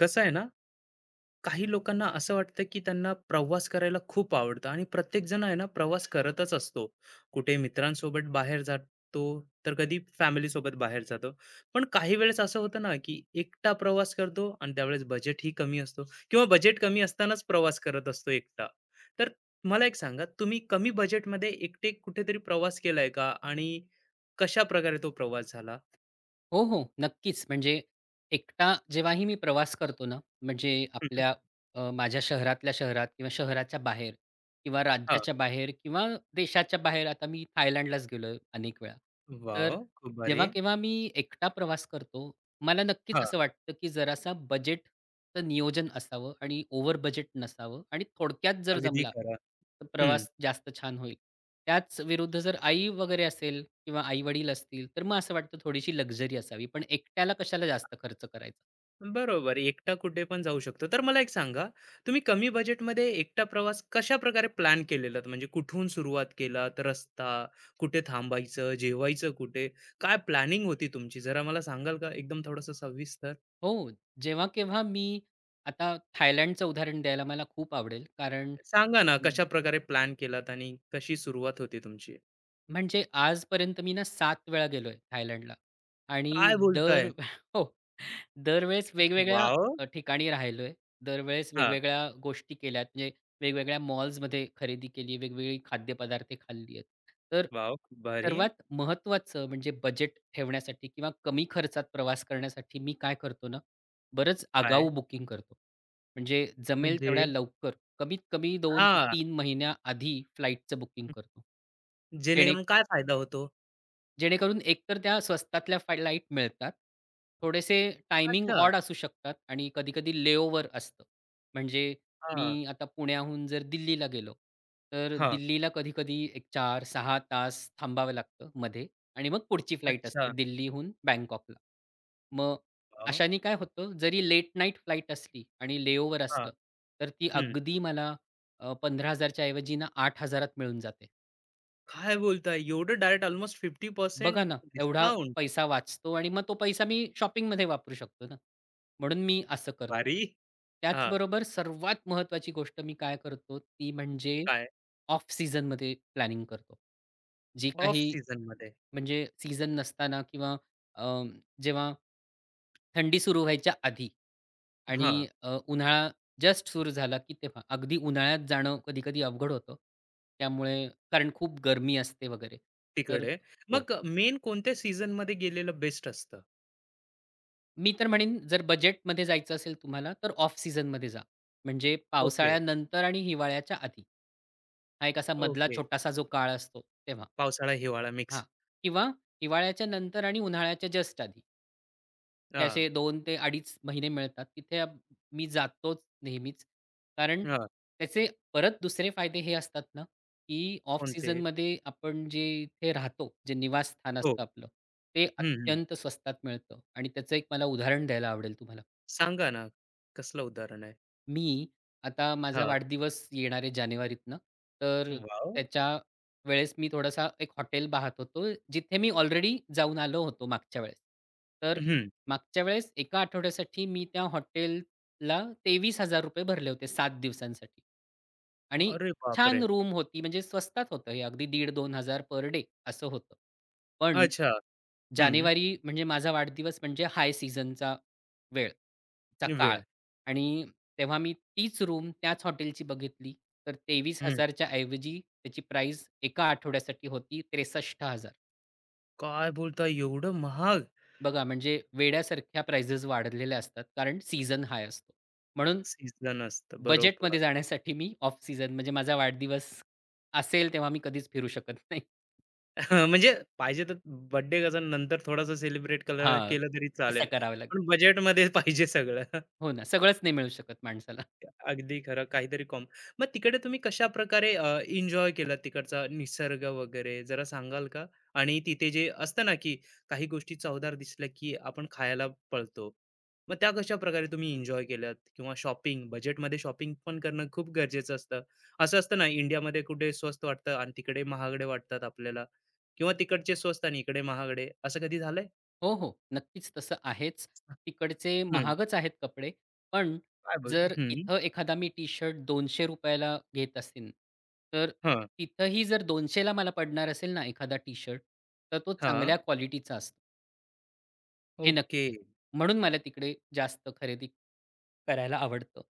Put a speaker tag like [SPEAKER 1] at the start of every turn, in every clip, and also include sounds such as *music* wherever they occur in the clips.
[SPEAKER 1] कसं आहे ना, काही लोकांना असं वाटतं, की त्यांना प्रवास करायला खूप आवडतं आणि प्रत्येकजण आहे ना, प्रवास करतच असतो. कुठे मित्रांसोबत बाहेर जातो, तर कधी फॅमिलीसोबत बाहेर जातो. पण काही वेळेस असं होतं ना, की एकटा प्रवास करतो आणि त्यावेळेस बजेटही कमी असतो किंवा बजेट कमी असतानाच प्रवास करत असतो एकटा. तर मला एक सांगा, तुम्ही कमी बजेटमध्ये एकटे कुठेतरी प्रवास केलाय का? आणि कशाप्रकारे तो प्रवास झाला?
[SPEAKER 2] हो, हो. नक्कीच. म्हणजे एकटा जेव्हाही मी प्रवास करतो ना, म्हणजे
[SPEAKER 1] हं, हं.
[SPEAKER 2] आपल्या माझ्या शहरातल्या शहरात किंवा शहराच्या बाहेर किंवा
[SPEAKER 1] हां.
[SPEAKER 2] राज्याच्या बाहेर किंवा देशाच्या बाहेर आता मी थायलंडलाच गेलोय अनेक वेळा. तर
[SPEAKER 1] खूप भारी.
[SPEAKER 2] जेव्हा केव्हा मी एकटा प्रवास करतो, मला
[SPEAKER 1] हां,
[SPEAKER 2] नक्कीच असं वाटतं, की जरासा बजेटचं नियोजन असावं आणि ओव्हर बजेट नसावं आणि थोडक्यात जर
[SPEAKER 1] अगदी
[SPEAKER 2] जमला,
[SPEAKER 1] खरं.
[SPEAKER 2] तर
[SPEAKER 1] हं.
[SPEAKER 2] प्रवास जास्त छान होईल. त्याच विरुद्ध जर आई वगैरे असेल किंवा आई-वडील असतील, तर मग असं वाटतं थोडीशी लक्झरी असावी. पण एकट्याला कशाला जास्त खर्च करायचा.
[SPEAKER 1] बरोबर. एकटा कुठे पण जाऊ शकतो. तर मला एक सांगा, तुम्ही कमी बजेटमध्ये एकटा प्रवास कशाप्रकारे प्लॅन केलेलात? म्हणजे कुठून सुरुवात केलात? रस्ता, कुठे थांबायचं, जेवायचं कुठे? काय प्लॅनिंग होती तुमची? जरा मला सांगाल का एकदम थोडंसं सविस्तर?
[SPEAKER 2] हो, जेव्हा-केव्हा मी आता थायलंडचं उदाहरण द्यायला मला खूप आवडेल. कारण
[SPEAKER 1] सांगा ना कशाप्रकारे प्लॅन केलात आणि कशी सुरुवात होती तुमची?
[SPEAKER 2] म्हणजे आजपर्यंत मी ना 7 वेळा गेलोय थायलंडला आणि
[SPEAKER 1] काय
[SPEAKER 2] दर
[SPEAKER 1] बोलताय?
[SPEAKER 2] *laughs* हो, दरवेळेस वेगवेगळ्या
[SPEAKER 1] वॉव!
[SPEAKER 2] ठिकाणी राहिलोय. दरवेळेस
[SPEAKER 1] हां.
[SPEAKER 2] वेगवेगळ्या गोष्टी केल्यात. म्हणजे वेगवेगळ्या मॉल्समध्ये खरेदी केली, वेगवेगळी खाद्यपदार्थ खाल्ली आहेत. तर
[SPEAKER 1] वॉव! खूप भारी.
[SPEAKER 2] सर्वात महत्त्वाचं म्हणजे बजेट ठेवण्यासाठी किंवा कमी खर्चात प्रवास करण्यासाठी मी काय करतो ना, बरंच
[SPEAKER 1] काय?
[SPEAKER 2] आगाऊ बुकिंग करतो. म्हणजे जमेल
[SPEAKER 1] म्हणजे
[SPEAKER 2] तेवढ्या लवकर, कमीत कमी 2 ते
[SPEAKER 1] हां.
[SPEAKER 2] 3 महिन्याआधी फ्लाइटचं बुकिंग करतो.
[SPEAKER 1] जेणेकरून काय फायदा होतो?
[SPEAKER 2] जेणेकरून एकतर त्या स्वस्तातल्या फाय लाईट मिळतात. थोडेसे टायमिंग
[SPEAKER 1] अच्छा.
[SPEAKER 2] ऑड असू शकतात आणि कधी-कधी लेओव्हर असतं. म्हणजे
[SPEAKER 1] हां.
[SPEAKER 2] मी आता पुण्याहून जर दिल्लीला गेलो, तर
[SPEAKER 1] हां.
[SPEAKER 2] दिल्लीला कधी-कधी एक चार, सहा, तास थांबावं लागतं मध्ये आणि मग पुढची फ्लाइट असते
[SPEAKER 1] अच्छा.
[SPEAKER 2] दिल्लीहून बँकॉकला. मग
[SPEAKER 1] वॉव!
[SPEAKER 2] अशाने काय होतं, जरी लेट नाईट फ्लाइट असली आणि लेओव्हर
[SPEAKER 1] हां.
[SPEAKER 2] असलं, तर ती अगदी मला 15,000 च्या ऐवजी ना 8,000 त मिळून जाते.
[SPEAKER 1] काय बोलताय? एवढं डायरेक्ट ऑलमोस्ट
[SPEAKER 2] बघा ना,
[SPEAKER 1] 50%
[SPEAKER 2] एवढा
[SPEAKER 1] डिस्काउंट.
[SPEAKER 2] पैसा वाचतो आणि मग तो पैसा मी शॉपिंगमध्ये वापरू शकतो ना. म्हणून मी असं करतो.
[SPEAKER 1] भारी. हां,
[SPEAKER 2] त्याचबरोबर सर्वात महत्त्वाची गोष्ट मी काय करतो, ती म्हणजे
[SPEAKER 1] काय
[SPEAKER 2] ऑफ सीझनमध्ये प्लॅनिंग करतो. जी
[SPEAKER 1] ऑफ
[SPEAKER 2] काही
[SPEAKER 1] सीझनमध्ये.
[SPEAKER 2] म्हणजे सीझन नसताना किंवा अ, जेव्हा थंडी सुरू व्हायच्या आधी आणि
[SPEAKER 1] हां,
[SPEAKER 2] उन्हाळा जस्ट सुरू झाला, की तेव्हा अगदी उन्हाळ्यात जाणं कधी-कधी अवघड होतं. त्यामुळे कारण खूप गरमी असते वगैरे. तर
[SPEAKER 1] तिकडे.
[SPEAKER 2] हो.
[SPEAKER 1] मग मेन कोणत्या सीझनमध्ये गेलेलं बेस्ट असतं?
[SPEAKER 2] मी तर म्हणेन जर बजेटमध्ये जायचं असेल तुम्हाला तर ऑफ सीझनमध्ये जा. म्हणजे
[SPEAKER 1] ओके,
[SPEAKER 2] पावसाळ्यानंतर आणि हिवाळ्याच्या आधी. हा एक असा मधला
[SPEAKER 1] ओके.
[SPEAKER 2] छोटासा जो काळ असतो तेव्हा.
[SPEAKER 1] पावसाळा, हिवाळा
[SPEAKER 2] हां.
[SPEAKER 1] मिक्स.
[SPEAKER 2] किंवा हिवाळ्याच्या नंतर आणि उन्हाळ्याच्या जस्ट आधी. हे
[SPEAKER 1] हां,
[SPEAKER 2] असे 2 ते 2.5 महिने मिळतात. तिथे मी जातोच नेहमीच. कारण
[SPEAKER 1] हां.
[SPEAKER 2] त्याचे परत दुसरे फायदे हे असतात ना, की ऑफ
[SPEAKER 1] कोणते?
[SPEAKER 2] सीझनमध्ये आपण जे इथे राहतो, जे निवासस्थान
[SPEAKER 1] हो.
[SPEAKER 2] असतं आपलं, ते
[SPEAKER 1] हं, हं.
[SPEAKER 2] अत्यंत स्वस्तात मिळतं आणि त्याचं एक मला उदाहरण द्यायला आवडेल तुम्हाला.
[SPEAKER 1] सांगा ना, कसलं उदाहरण आहे?
[SPEAKER 2] मी आता माझा
[SPEAKER 1] हां.
[SPEAKER 2] वाढदिवस येणार आहे जानेवारीतनं, तर
[SPEAKER 1] वॉव!
[SPEAKER 2] त्याच्या वेळेस मी थोडासा एक हॉटेल पाहत होतो, जिथे मी ऑलरेडी जाऊन आलो होतो मागच्या वेळेस. तर
[SPEAKER 1] हं.
[SPEAKER 2] मागच्या वेळेस एका आठवड्यासाठी मी त्या हॉटेलला ₹23,000 भरले होते 7 दिवसांसाठी आणि
[SPEAKER 1] अरे
[SPEAKER 2] छान
[SPEAKER 1] बापरे!
[SPEAKER 2] रूम होती म्हणजे स्वस्तात होतं हे अगदी 1,500-2,000 पर डे असं होतं. पण
[SPEAKER 1] अच्छा. हं.
[SPEAKER 2] जानेवारी म्हणजे माझा वाढदिवस म्हणजे हाय सीझनचा वेळ चा काळ
[SPEAKER 1] वेळ.
[SPEAKER 2] आणि तेव्हा मी तीच रूम त्याच हॉटेलची बघितली तर
[SPEAKER 1] हं.
[SPEAKER 2] 23,000च्या ऐवजी त्याची प्राईज एका आठवड्यासाठी होती 63,000.
[SPEAKER 1] काय बोलताय एवढं महाग
[SPEAKER 2] बघा म्हणजे वेड्यासारख्या प्राइजेस वाढलेल्या असतात कारण सीझन हाय असतो. म्हणून
[SPEAKER 1] सीझन असतं. बरोबर.
[SPEAKER 2] बजेटमध्ये जाण्यासाठी मी ऑफ सीझन म्हणजे माझा वाढदिवस असेल तेव्हा मी कधीच फिरू शकत नाही.
[SPEAKER 1] *laughs* म्हणजे पाहिजे तर बर्थडे कसा नंतर थोडासा सेलिब्रेट कलर
[SPEAKER 2] हां,
[SPEAKER 1] केलं तरी चालेल.
[SPEAKER 2] तसं करावं लागेल.
[SPEAKER 1] पण बजेटमध्ये पाहिजे सगळं.
[SPEAKER 2] हो ना, सगळंच नाही मिळू शकत माणसाला.
[SPEAKER 1] अगदी खरं. काहीतरी कॉम मग तिकडे तुम्ही कशाप्रकारे एन्जॉय केला तिकडचा निसर्ग वगैरे जरा सांगाल का? आणि तिथे जे असतं ना, की काही गोष्टी चवदार दिसल्या, की आपण खायला पळतो. मग त्या कशाप्रकारे तुम्ही एन्जॉय केल्यात? किंवा शॉपिंग बजेटमध्ये शॉपिंग पण करणं खूप गरजेचं असतं. असं असतं ना, इंडियामध्ये कुठे स्वस्त वाटतं आणि तिकडे महागडे वाटतात आपल्याला किंवा तिकडचे स्वस्त आणि इकडे महागडे. असं कधी झालंय?
[SPEAKER 2] हो, हो. नक्कीच तसं आहेच. तिकडचे
[SPEAKER 1] हं.
[SPEAKER 2] महागच आहेत कपडे. पण
[SPEAKER 1] काय बोल
[SPEAKER 2] जर
[SPEAKER 1] हं.
[SPEAKER 2] इथं एखादा मी टी-शर्ट ₹200 ला घेत असेन, तर
[SPEAKER 1] हां,
[SPEAKER 2] तिथंही जर 200 ला मला पडणार असेल ना एखादा टी-शर्ट, तर तो
[SPEAKER 1] हां.
[SPEAKER 2] चांगल्या क्वालिटीचा असतो. हे
[SPEAKER 1] ओके.
[SPEAKER 2] नक्की आहे. म्हणून मला तिकडे जास्त खरेदी करायला आवडतं.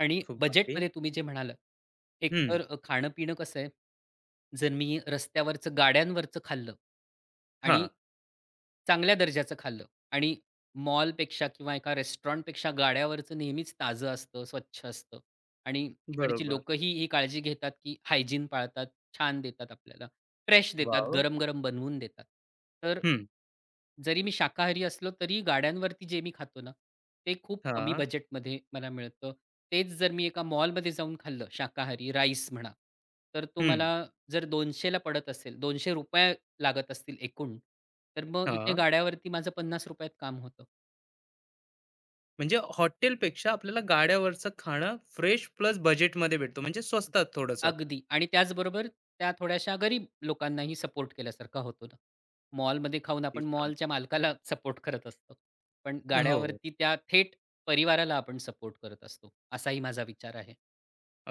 [SPEAKER 2] आणि
[SPEAKER 1] खूप भारी.
[SPEAKER 2] बजेटमध्ये तुम्ही जे म्हणालात, एक
[SPEAKER 1] हं.
[SPEAKER 2] तर खाणं-पिणं कसं आहे, जर मी रस्त्यावरचं गाड्यांवरचं खाल्लं आणि
[SPEAKER 1] हां.
[SPEAKER 2] चांगल्या दर्जाचं खाल्लं आणि मॉलपेक्षा किंवा एका रेस्टॉरंटपेक्षा गाड्यावरचं नेहमीच ताजं असतं, स्वच्छ असतं आणि तिकडची
[SPEAKER 1] बरोबर.
[SPEAKER 2] लोकंही ही काळजी घेतात, की हायजीन पाळतात, छान देतात आपल्याला. फ्रेश देतात,
[SPEAKER 1] वॉव!
[SPEAKER 2] गरम-गरम बनवून देतात. तर
[SPEAKER 1] हं.
[SPEAKER 2] जरी मी शाकाहारी असलो, तरी गाड्यांवरती जे मी खातो ना, ते खूप कमी
[SPEAKER 1] हां.
[SPEAKER 2] बजेटमध्ये मला मिळतं. तेच जर मी एका मॉलमध्ये जाऊन खाल्लं, शाकाहारी राईस म्हणा, तर तो
[SPEAKER 1] हं.
[SPEAKER 2] मला जर 200 ला पडत असेल ₹200 लागत असतील एकूण, तर मग इथे
[SPEAKER 1] हां.
[SPEAKER 2] गाड्यावरती माझं ₹50त काम होतं.
[SPEAKER 1] म्हणजे हॉटेलपेक्षा आपल्याला गाड्यावरचं खाणं फ्रेश प्लस बजेटमध्ये भेटतो. म्हणजे स्वस्तात थोडंसं.
[SPEAKER 2] अगदी आणि त्याचबरोबर त्या थोड्याशा गरीब लोकांनाही सपोर्ट केल्यासारखा होतो ना. मॉलमध्ये खाऊन
[SPEAKER 1] किती
[SPEAKER 2] आपण
[SPEAKER 1] छान.
[SPEAKER 2] मॉलच्या मालकाला सपोर्ट करत असतो. पण
[SPEAKER 1] हो.
[SPEAKER 2] गाड्यावरती त्या थेट परिवाराला आपण सपोर्ट करत असतो, असाही माझा विचार आहे.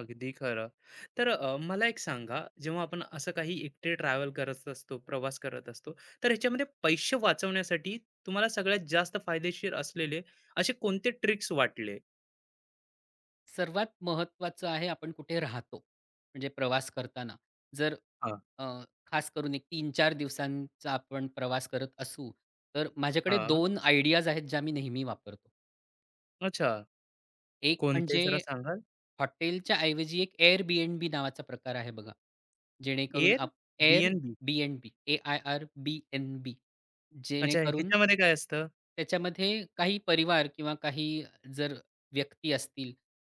[SPEAKER 1] अगदी खरं. तर मला एक सांगा, जेव्हा आपण असं काही एकटे ट्रॅव्हल करत असतो, प्रवास करत असतो, तर ह्याच्यामध्ये पैसे वाचवण्यासाठी तुम्हाला सगळ्यात जास्त फायदेशीर असलेले असे कोणते ट्रिक्स वाटले?
[SPEAKER 2] सर्वात महत्त्वाचं आहे आपण कुठे राहतो. म्हणजे प्रवास करताना जर
[SPEAKER 1] हां.
[SPEAKER 2] अ, खास करून एक 3-4 दिवसांचा आपण प्रवास करत असू, तर माझ्याकडे
[SPEAKER 1] हां.
[SPEAKER 2] 2 आयडियाज आहेत ज्या मी नेहमी वापरतो.
[SPEAKER 1] अच्छा.
[SPEAKER 2] एक
[SPEAKER 1] कोणते
[SPEAKER 2] म्हणजे
[SPEAKER 1] जरा सांगाल?
[SPEAKER 2] हॉटेलच्या ऐवजी एक Airbnb नावाचा प्रकार आहे बघा. जेणेकरून
[SPEAKER 1] Airbnb.
[SPEAKER 2] Airbnb, A-I-R-B-N-B
[SPEAKER 1] अच्छा
[SPEAKER 2] जेणेकरून
[SPEAKER 1] ह्याच्यामध्ये काय असतं?
[SPEAKER 2] त्याच्यामध्ये काही परिवार किंवा काही जर व्यक्ती असतील,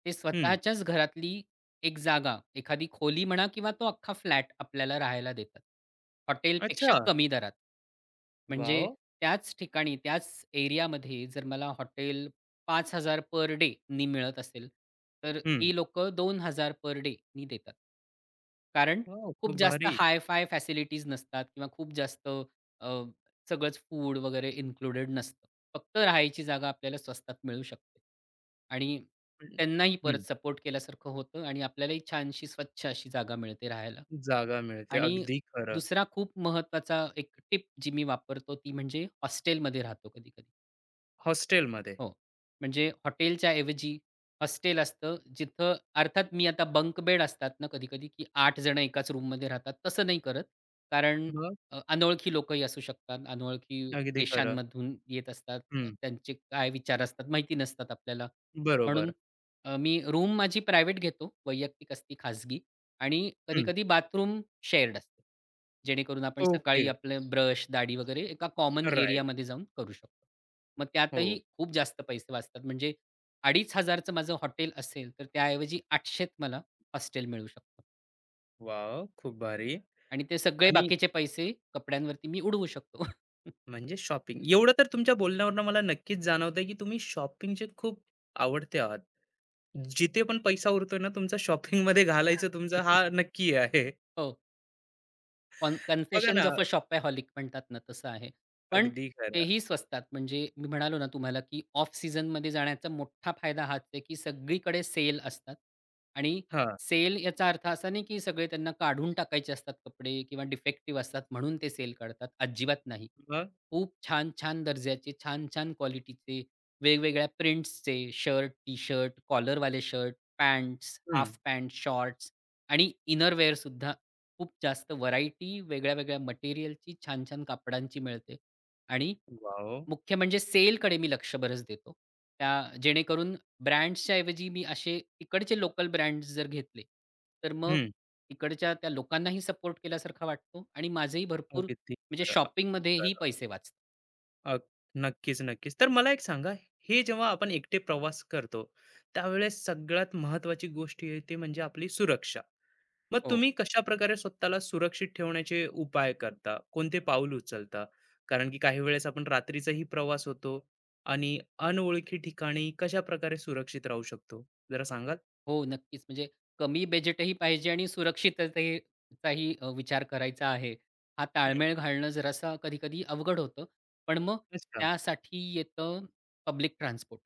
[SPEAKER 2] ते स्वतःच्याच घरातली एक जागा, एखादी खोली म्हणा किंवा तो अख्खा फ्लॅट आपल्याला राहायला देतात. हॉटेलपेक्षा
[SPEAKER 1] अच्छा!
[SPEAKER 2] कमी दरात.
[SPEAKER 1] वाह!
[SPEAKER 2] म्हणजे
[SPEAKER 1] ओ!
[SPEAKER 2] त्याच ठिकाणी, त्याच एरियामध्ये जर मला हॉटेल 5,000 पर डे नी मिळत असेल, तर
[SPEAKER 1] हं.
[SPEAKER 2] ही लोकं 2,000 पर डे नी देतात. कारण
[SPEAKER 1] खूप
[SPEAKER 2] खूप जास्त
[SPEAKER 1] भारी.
[SPEAKER 2] हाय-फाय फॅसिलिटीज नसतात किंवा खूप जास्त सगळंच फूड वगैरे इन्क्लुडेड नसतं. फक्त राहायची जागा आपल्याला स्वस्तात मिळू शकते. आणि
[SPEAKER 1] हं,
[SPEAKER 2] त्यांनाही परत सपोर्ट केल्यासारखं होतं आणि आपल्यालाही छानशी स्वच्छ अशी जागा मिळते राहायला.
[SPEAKER 1] जागा मिळते.
[SPEAKER 2] आणि
[SPEAKER 1] अगदी खरं.
[SPEAKER 2] दुसरा खूप महत्त्वाचा एक टिप जी मी वापरतो ती म्हणजे हॉस्टेलमध्ये राहतो कधी-कधी.
[SPEAKER 1] हॉस्टेलमध्ये.
[SPEAKER 2] हो. म्हणजे हॉटेलच्या ऐवजी हॉस्टेल असतं, जिथं अर्थात मी आता बंक बेड असतात ना कधी-कधी, की 8 जण एकाच रूममध्ये राहतात. तसं नाही करत. कारण
[SPEAKER 1] मग?
[SPEAKER 2] अनोळखी लोकही असू शकतात. अनोळखी
[SPEAKER 1] अगदी खरं.
[SPEAKER 2] देशांमधून येत असतात.
[SPEAKER 1] हं.
[SPEAKER 2] त्यांचे काय विचार असतात माहिती नसतात आपल्याला. म्हणून
[SPEAKER 1] बरोबर.
[SPEAKER 2] मी रूम माझी प्रायव्हेट घेतो. वैयक्तिक असते, खाजगी. आणि
[SPEAKER 1] हं.
[SPEAKER 2] कधी-कधी बाथरूम शेअर्ड असते. जेणेकरून आपण
[SPEAKER 1] ओके.
[SPEAKER 2] सकाळी आपले ब्रश, दाढी वगैरे एका कॉमन
[SPEAKER 1] राइट.
[SPEAKER 2] एरियामध्ये जाऊन करू शकतो. मग त्यातही
[SPEAKER 1] हो.
[SPEAKER 2] खूप जास्त पैसे वाचतात. म्हणजे 2,500 चं माझं हॉटेल असेल, तर त्याऐवजी 800 त मला हॉस्टेल मिळू शकतं
[SPEAKER 1] वॉव! खूप भारी.
[SPEAKER 2] आणि ते सगळे
[SPEAKER 1] आणि
[SPEAKER 2] बाकीचे पैसे कपड्यांवरती मी उडवू शकतो.
[SPEAKER 1] म्हणजे शॉपिंग. एवढं तर तुमच्या बोलण्यावरून मला नक्कीच जाणवतंय की तुम्ही शॉपिंगचे खूप आवडते आहात. जिथे पण पैसा उरतोय ना तुमचा शॉपिंगमध्ये घालायचा तुमचा हा
[SPEAKER 2] *laughs*
[SPEAKER 1] नक्की आहे.
[SPEAKER 2] हो.
[SPEAKER 1] बघा
[SPEAKER 2] कन्फेशन्स
[SPEAKER 1] ना.
[SPEAKER 2] ऑफ अ शॉपaholic म्हणतात ना, तसं आहे. पण
[SPEAKER 1] अगदी खरं.
[SPEAKER 2] तेही स्वस्तात. म्हणजे मी म्हणालो ना तुम्हाला, की ऑफ सीझनमध्ये जाण्याचा मोठा फायदा हाच आहे, की सगळीकडे सेल असतात आणि
[SPEAKER 1] हां.
[SPEAKER 2] सेल याचा अर्थ असा नाही, की सगळे त्यांना काढून टाकायचे असतात कपडे किंवा डिफेक्टिव्ह असतात म्हणून ते सेल काढतात. अजिबात नाही.
[SPEAKER 1] मग?
[SPEAKER 2] खूप छान-छान दर्जाचे, छान-छान क्वालिटीचे, वेगवेगळ्या प्रिंट्सचे शर्ट, टी-शर्ट, कॉलरवाले shirt, pants,
[SPEAKER 1] hmm.
[SPEAKER 2] Half pant, shorts आणि इनरवेअरसुद्धा खूप जास्त व्हरायटी वेगळ्या-वेगळ्या मटेरिअलची, छान-छान कापडांची मिळते आणि
[SPEAKER 1] वॉव!
[SPEAKER 2] मुख्य म्हणजे सेलकडे मी लक्ष बरंच देतो. त्या जेणेकरून ब्रँड्सच्या ऐवजी मी असे तिकडचे लोकल ब्रँड्स जर घेतले, तर मग
[SPEAKER 1] हं.
[SPEAKER 2] तिकडच्या त्या लोकांनाही सपोर्ट केल्यासारखा वाटतो आणि माझेही भरपूर
[SPEAKER 1] अगदी
[SPEAKER 2] म्हणजे
[SPEAKER 1] खरं, अगदी
[SPEAKER 2] शॉपिंगमध्येही
[SPEAKER 1] खरं.
[SPEAKER 2] पैसे वाचतात.
[SPEAKER 1] अग नक्कीच, नक्कीच. तर मला एक सांगा, हे जेव्हा आपण एकटे प्रवास करतो, त्यावेळेस सगळ्यात महत्वाची गोष्ट आहे ते म्हणजे आपली सुरक्षा. मग तुम्ही कशा प्रकारे स्वतःला सुरक्षित ठेवण्याचे उपाय करता? कोणते पाऊल उचलता? कारण की काही वेळेस आपण रात्रीचाही प्रवास होतो आणि अनोळखी ठिकाणी कशाप्रकारे सुरक्षित राहू शकतो? जरा सांगाल?
[SPEAKER 2] हो, नक्कीच. म्हणजे कमी बजेटही पाहिजे आणि सुरक्षिततेचाही विचार करायचा आहे. हा ताळमेळ
[SPEAKER 1] हं,
[SPEAKER 2] घालणं जरासा कधी-कधी अवघड होतं. पण मग
[SPEAKER 1] अच्छा.
[SPEAKER 2] त्यासाठी येतं पब्लिक ट्रान्सपोर्ट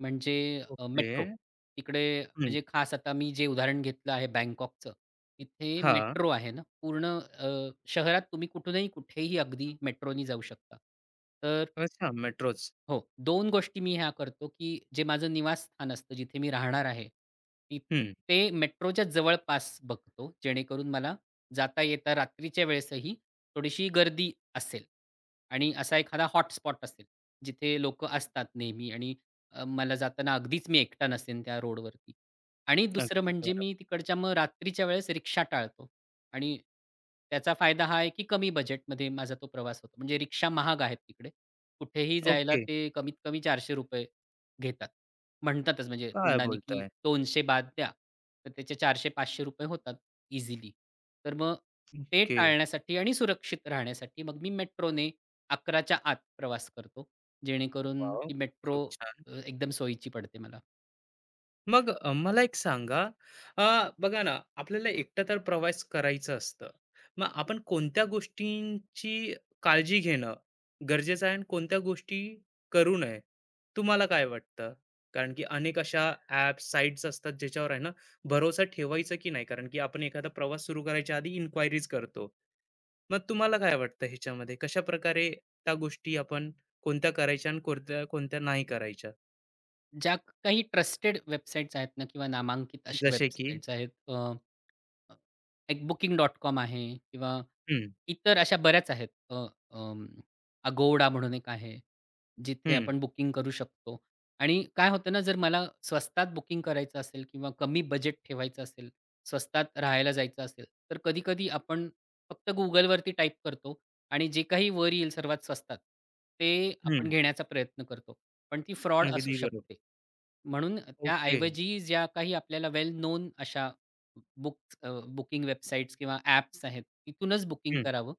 [SPEAKER 2] म्हणजे
[SPEAKER 1] ओके.
[SPEAKER 2] मेट्रो. तिकडे
[SPEAKER 1] हं.
[SPEAKER 2] म्हणजे खास आता मी जे उदाहरण घेतलं आहे बँकॉकचं, तिथे
[SPEAKER 1] हां.
[SPEAKER 2] मेट्रो आहे ना पूर्ण अ, शहरात तुम्ही कुठूनही कुठेही अगदी मेट्रोनी जाऊ शकता. तर
[SPEAKER 1] अच्छा, मेट्रोच.
[SPEAKER 2] हो. 2 गोष्टी मी ह्या करतो, की जे माझं निवासस्थान असतं, जिथे मी राहणार आहे, ती
[SPEAKER 1] हं.
[SPEAKER 2] ते मेट्रोच्या जवळपास बघतो, जेणेकरून मला जाता-येता रात्रीच्या वेळेसही थोडीशी गर्दी असेल आणि असा एखादा हॉटस्पॉट असेल, जिथे लोकं असतात नेहमी आणि मला जाताना अगदीच मी एकटा नसेन त्या रोडवरती. आणि दुसरं
[SPEAKER 1] अगदी
[SPEAKER 2] म्हणजे मी
[SPEAKER 1] खरं.
[SPEAKER 2] तिकडच्या मग रात्रीच्या वेळेस रिक्षा टाळतो आणि त्याचा फायदा हा आहे, की कमी बजेटमध्ये माझा तो प्रवास होतो. म्हणजे रिक्षा महाग आहेत तिकडे कुठेही जायला
[SPEAKER 1] ओके.
[SPEAKER 2] ते कमीत कमी ₹400 घेतात. म्हणतातच म्हणजे
[SPEAKER 1] काय
[SPEAKER 2] तोंडाने, की
[SPEAKER 1] बोलताय?
[SPEAKER 2] 200 बाद द्या. तर त्याचे ₹400-500 होतात इझिली. तर मग ते
[SPEAKER 1] ओके.
[SPEAKER 2] टाळण्यासाठी आणि सुरक्षित राहण्यासाठी मग मी मेट्रोने 11च्या आत प्रवास करतो. जेणेकरून
[SPEAKER 1] वॉव!
[SPEAKER 2] ती
[SPEAKER 1] खूप
[SPEAKER 2] मेट्रो
[SPEAKER 1] छान.
[SPEAKER 2] एकदम सोयीची पडते मला.
[SPEAKER 1] मग मला एक सांगा, बघा ना, आपल्याला एकटं तर प्रवास करायचं असतं. मग आपण कोणत्या गोष्टींची काळजी घेणं गरजेचं आहे आणि कोणत्या गोष्टी करू नये? तुम्हाला काय वाटतं? कारण की अनेक अशा ॲप्स, साइट्स असतात ज्याच्यावर आहे ना, भरोसा ठेवायचा की नाही? कारण की आपण एखादा प्रवास सुरू करायच्या आधी इन्क्वायरीज करतो. मग तुम्हाला काय वाटतं ह्याच्यामध्ये? कशाप्रकारे त्या गोष्टी आपण कोणत्या करायच्या आणि कोणत्या कोणत्या नाही करायच्या?
[SPEAKER 2] ज्या काही ट्रस्टेड वेबसाईट्स आहेत ना किंवा नामांकित अशा
[SPEAKER 1] जसे की?
[SPEAKER 2] वेबसाईट्स आहेत एक Booking डॉट कॉम आहे किंवा
[SPEAKER 1] हं,
[SPEAKER 2] इतर अशा बऱ्याच आहेत. अं, Agoda म्हणून एक आहे, जिथे
[SPEAKER 1] हं,
[SPEAKER 2] आपण बुकिंग करू शकतो. आणि काय होतं ना, जर मला स्वस्तात बुकिंग करायचं असेल किंवा कमी बजेट ठेवायचं असेल, स्वस्तात राहायला जायचं असेल, तर कधी-कधी आपण फक्त Googleवरती टाईप करतो आणि जे काही वर येईल सर्वात स्वस्तात, ते आपण
[SPEAKER 1] हं.
[SPEAKER 2] घेण्याचा प्रयत्न करतो. पण ती फ्रॉड असू
[SPEAKER 1] अगदी बरोबर.
[SPEAKER 2] शकते. म्हणून
[SPEAKER 1] ओके.
[SPEAKER 2] त्याऐवजी ज्या काही आपल्याला वेल नोन अशा बुक अ, बुकिंग वेबसाईट्स किंवा ॲप्स आहेत, तिथूनच बुकिंग
[SPEAKER 1] हं,
[SPEAKER 2] करावं.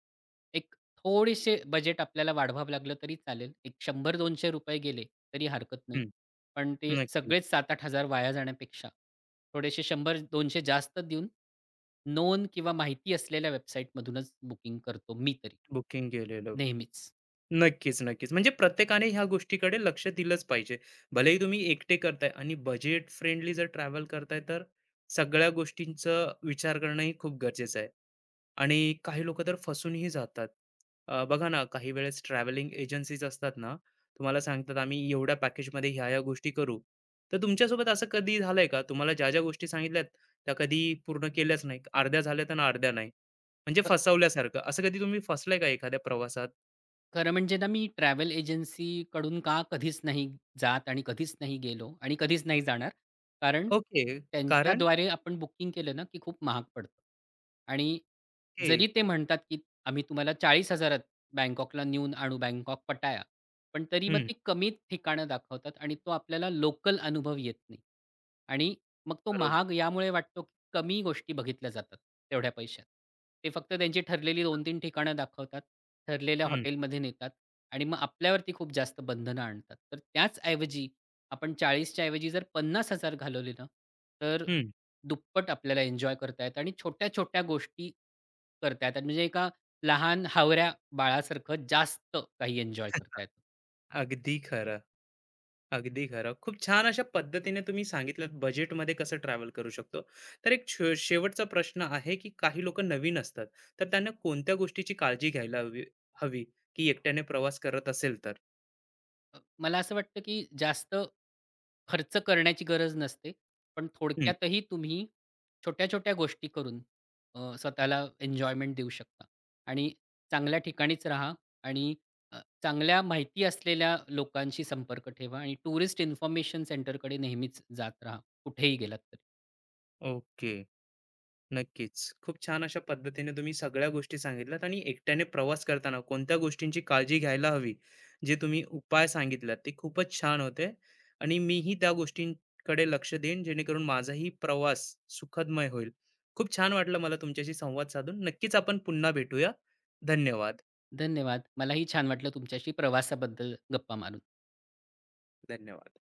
[SPEAKER 2] एक थोडेसे बजेट आपल्याला वाढवावं लागलं तरी चालेल. एक ₹100-200 गेले तरी हरकत नाही.
[SPEAKER 1] हं.
[SPEAKER 2] पण ते
[SPEAKER 1] नक्कीच.
[SPEAKER 2] सगळेच 7,000-8,000 वाया जाण्यापेक्षा थोडेसे 100-200 जास्त देऊन नोंद किंवा माहिती असलेल्या वेबसाईटमधूनच बुकिंग करतो मी तरी.
[SPEAKER 1] बुकिंग केलेलं.
[SPEAKER 2] नेहमीच.
[SPEAKER 1] नक्कीच, नक्कीच. म्हणजे प्रत्येकाने ह्या गोष्टीकडे लक्ष दिलंच पाहिजे. भलेही तुम्ही एकटे करताय आणि बजेट फ्रेंडली जर ट्रॅव्हल करताय, तर सगळ्या गोष्टींचा विचार करणंही खूप गरजेचं आहे. आणि काही लोकं तर फसूनही जातात. बघा ना, काही वेळेस ट्रॅव्हलिंग एजन्सीज असतात ना, तुम्हाला सांगतात आम्ही एवढ्या पॅकेजमध्ये ह्या-ह्या गोष्टी करू. तर तुमच्यासोबत असं कधी झालंय का? तुम्हाला ज्या-ज्या गोष्टी सांगितल्यात त्या कधी पूर्ण केल्याच नाही. अर्ध्या झाल्यात आणि अर्ध्या नाही. म्हणजे फसवल्यासारखं. असं कधी तुम्ही फसलाय का एखाद्या प्रवासात?
[SPEAKER 2] खरं म्हणजे ना, मी ट्रॅव्हल एजन्सीकडून कधीच नाही जात आणि कधीच नाही गेलो आणि कधीच नाही जाणार. कारण
[SPEAKER 1] ओके. कारण?
[SPEAKER 2] त्यांच्याद्वारे आपण बुकिंग केलं ना, की खूप महाग पडतं आणि
[SPEAKER 1] हे.
[SPEAKER 2] जरी ते म्हणतात, की आम्ही तुम्हाला 40,000त बँकॉकला नेऊन आणू, बँकॉक पटाया. पण तरी मग
[SPEAKER 1] हं.
[SPEAKER 2] ती कमी ठिकाणं दाखवतात आणि तो आपल्याला लोकल अनुभव येत नाही. आणि मग तो
[SPEAKER 1] बरोबर.
[SPEAKER 2] महाग यामुळे वाटतो, की कमी गोष्टी बघितल्या जातात तेवढ्या पैशात. ते फक्त त्यांची ठरलेली 2-3 ठिकाणं दाखवतात, ठरलेल्या
[SPEAKER 1] हं,
[SPEAKER 2] हॉटेलमध्ये नेतात आणि मग आपल्यावरती खूप जास्त बंधनं आणतात. तर त्याच ऐवजी आपण 40च्या ऐवजी जर 50,000 घालवले ना, तर
[SPEAKER 1] हं.
[SPEAKER 2] दुप्पट आपल्याला एन्जॉय करता येतं आणि छोट्या-छोट्या गोष्टी करता येतात. म्हणजे एका लहान हावऱ्या बाळासारखं जास्त काही एन्जॉय करता
[SPEAKER 1] *laughs*
[SPEAKER 2] येतं.
[SPEAKER 1] अगदी खरं. अगदी खरं. खूप छान अशा पद्धतीने तुम्ही सांगितलं बजेटमध्ये कसं ट्रॅव्हल करू शकतो. तर एक शेवटचा प्रश्न आहे, की काही लोकं नवीन असतात, तर त्यांना कोणत्या गोष्टीची काळजी घ्यायला हवी हवी, की एकट्याने प्रवास करत असेल तर?
[SPEAKER 2] मला असं वाटतं की जास्त खर्च करण्याची गरज नसते. पण
[SPEAKER 1] हं.
[SPEAKER 2] थोडक्यातही तुम्ही छोट्या-छोट्या गोष्टी करून स्वतःला एन्जॉयमेंट देऊ शकता आणि चांगल्या ठिकाणीच राहा आणि अ, चांगल्या माहिती असलेल्या लोकांशी संपर्क ठेवा आणि टुरिस्ट इन्फॉर्मेशन सेंटरकडे नेहमीच जात राहा, कुठेही गेलात तरी.
[SPEAKER 1] ओके. नक्कीच. खूप छान अशा पद्धतीने तुम्ही सगळ्या गोष्टी सांगितल्यात आणि एकट्याने प्रवास करताना कोणत्या गोष्टींची काळजी घ्यायला हवी, जे तुम्ही उपाय सांगितलात ते खूपच छान होते आणि मीही त्या गोष्टींकडे लक्ष देईन जेणेकरून माझाही प्रवास सुखदमय होईल. खूप छान वाटलं मला तुमच्याशी संवाद साधून. नक्कीच आपण पुन्हा भेटूया. धन्यवाद.
[SPEAKER 2] धन्यवाद. मलाही छान वाटलं तुमच्याशी प्रवासाबद्दल गप्पा मारून.
[SPEAKER 1] धन्यवाद.